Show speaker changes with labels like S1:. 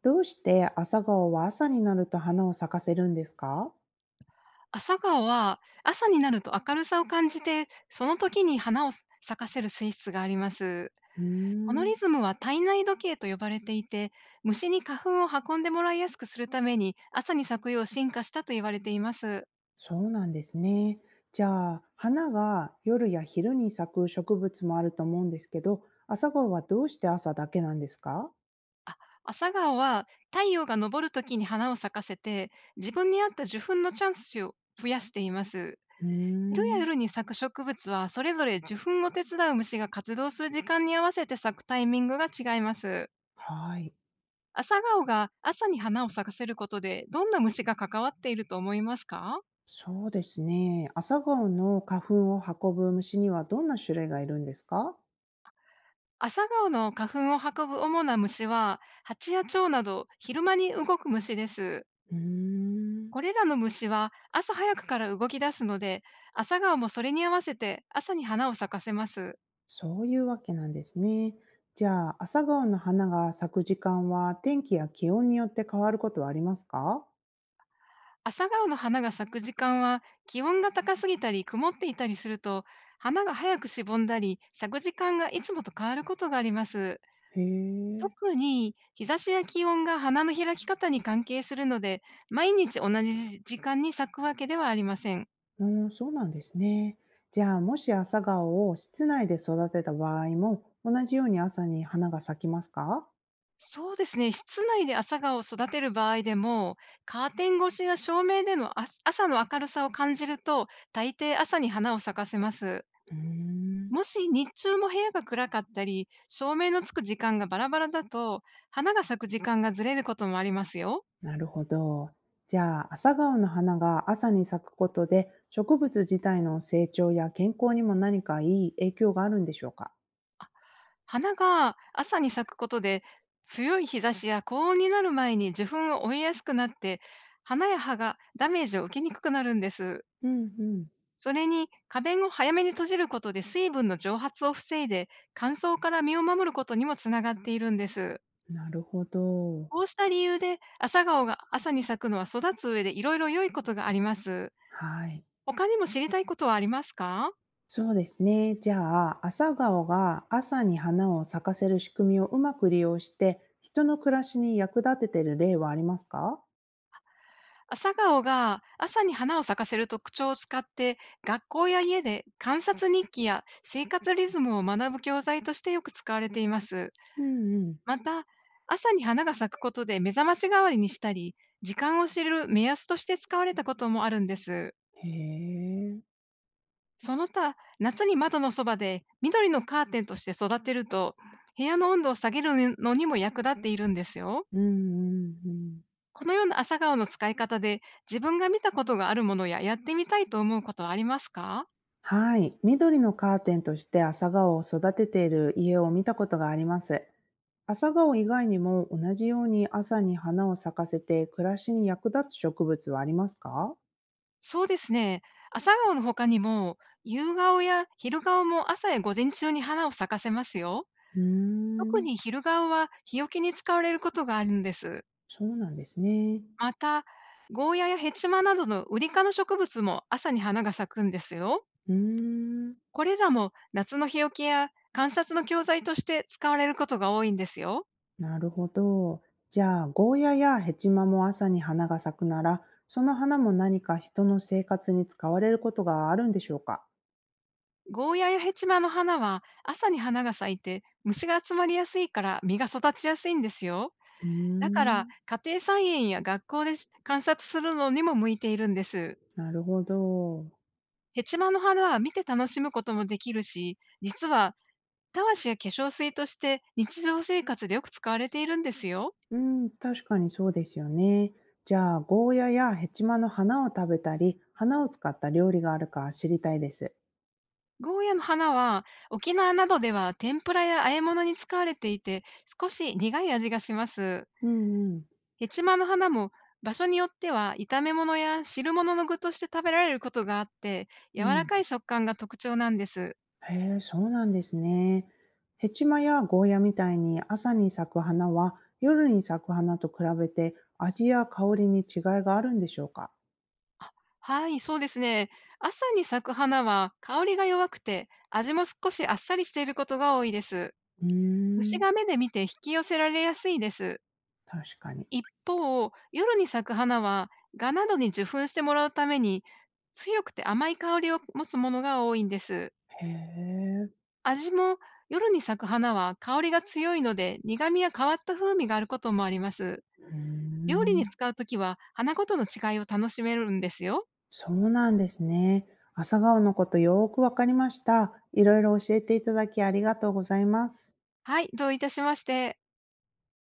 S1: どうして朝顔は朝になると花を咲かせるんですか？
S2: 朝顔は朝になると明るさを感じて、その時に花を咲かせる性質があります。
S1: うー
S2: この
S1: ん、
S2: リズムは体内時計と呼ばれていて、虫に花粉を運んでもらいやすくするために朝に咲くよう進化したと言われています。
S1: そうなんですね。じゃあ、花が夜や昼に咲く植物もあると思うんですけど、朝顔はどうして朝だけなんですか？
S2: 朝顔は太陽が昇る時に花を咲かせて、自分に合った受粉のチャンスを増やしています。
S1: うー
S2: 昼や
S1: ん、
S2: 夜に咲く植物は、それぞれ受粉を手伝う虫が活動する時間に合わせて咲くタイミングが違います。
S1: はい。
S2: 朝顔が朝に花を咲かせることで、どんな虫が関わっていると思いますか？
S1: そうですね。朝顔の花粉を運ぶ虫にはどんな種類がいるんですか？
S2: 朝顔の花粉を運ぶ主な虫は、蜂や蝶など昼間に動く虫です。
S1: うーん。
S2: これらの虫は朝早くから動き出すので、朝顔もそれに合わせて朝に花を咲かせます。
S1: そういうわけなんですね。じゃあ、朝顔の花が咲く時間は天気や気温によって変わることはありますか？
S2: 朝顔の花が咲く時間は、気温が高すぎたり曇っていたりすると、花が早くしぼんだり咲く時間がいつもと変わることがあります。
S1: へえ、
S2: 特に日差しや気温が花の開き方に関係するので、毎日同じ時間に咲くわけではありません。
S1: うん、そうなんですね。じゃあ、もし朝顔を室内で育てた場合も、同じように朝に花が咲きますか？
S2: そうですね、室内で朝顔を育てる場合でも、カーテン越しや照明での朝の明るさを感じると、大抵朝に花を咲かせます。
S1: うーん、
S2: もし日中も部屋が暗かったり、照明のつく時間がバラバラだと、花が咲く時間がずれることもありますよ。
S1: なるほど。じゃあ、朝顔の花が朝に咲くことで、植物自体の成長や健康にも何かいい影響があるんでしょうか？
S2: 花が朝に咲くことで、強い日差しや高温になる前に受粉を追いやすくなって、花や葉がダメージを受けにくくなるんです。
S1: うん
S2: それに、花弁を早めに閉じることで水分の蒸発を防いで、乾燥から身を守ることにもつながっているんです。
S1: うん、なるほど。
S2: こうした理由で、朝顔が朝に咲くのは育つ上でいろいろ良いことがあります。
S1: はい。
S2: 他にも知りたいことはありますか？
S1: そうですね。じゃあ、朝顔が朝に花を咲かせる仕組みをうまく利用して、人の暮らしに役立ててる例はありますか？
S2: 朝顔が朝に花を咲かせる特徴を使って、学校や家で観察日記や生活リズムを学ぶ教材としてよく使われています。
S1: うんうん。
S2: また、朝に花が咲くことで目覚まし代わりにしたり、時間を知る目安として使われたこともあるんです。
S1: へえ。
S2: その他、夏に窓のそばで緑のカーテンとして育てると、部屋の温度を下げるのにも役立っているんですよ。
S1: うんうんうん。
S2: このような朝顔の使い方で、自分が見たことがあるものややってみたいと思うことはありますか？
S1: はい。緑のカーテンとして朝顔を育てている家を見たことがあります。朝顔以外にも同じように朝に花を咲かせて暮らしに役立つ植物はありますか？
S2: そうですね。朝顔の他にも、夕顔や昼顔も朝や午前中に花を咲かせますよ。
S1: うー
S2: 特
S1: ん。
S2: に昼顔は日よけに使われることがあるんです。
S1: そうなんですね。
S2: また、ゴーヤやヘチマなどのウリ科の植物も朝に花が咲くんですよ。
S1: うーん。
S2: これらも夏の日よけや観察の教材として使われることが多いんですよ。
S1: なるほど。じゃあ、ゴーヤやヘチマも朝に花が咲くなら、その花も何か人の生活に使われることがあるんでしょうか？
S2: ゴーヤやヘチマの花は朝に花が咲いて虫が集まりやすいから、実が育ちやすいんですよ。
S1: うー
S2: だから、
S1: ん、
S2: 家庭菜園や学校で観察するのにも向いているんです。
S1: なるほど。
S2: ヘチマの花は見て楽しむこともできるし、実はたわしや化粧水として日常生活でよく使われているんですよ。
S1: うん、確かにそうですよね。じゃあ、ゴーヤやヘチマの花を食べたり、花を使った料理があるか知りたいです。
S2: ゴーヤの花は沖縄などでは天ぷらや和え物に使われていて、少し苦い味がします。
S1: うんうん。
S2: ヘチマの花も場所によっては炒め物や汁物の具として食べられることがあって、柔
S1: う
S2: ら
S1: ん、
S2: かい食感が特徴なんです。
S1: へえ、そうなんですね。ヘチマやゴーヤみたいに朝に咲く花は夜に咲く花と比べて味や香りに違いがあるんでしょうか？
S2: はい、そうですね。朝に咲く花は香りが弱くて、味も少しあっさりしていることが多いです。
S1: うー
S2: 虫
S1: ん、
S2: が目で見て引き寄せられやすいです。
S1: 確かに。
S2: 一方、夜に咲く花は、蛾などに受粉してもらうために、強くて甘い香りを持つものが多いんです。
S1: へえ、
S2: 味も、夜に咲く花は香りが強いので、苦味や変わった風味があることもあります。
S1: うー
S2: 料理に
S1: ん。
S2: 使うときは、花ごとの違いを楽しめるんですよ。
S1: そうなんですね。朝顔のことよーくわかりました。いろいろ教えていただきありがとうございます。
S2: はい、どういたしまして。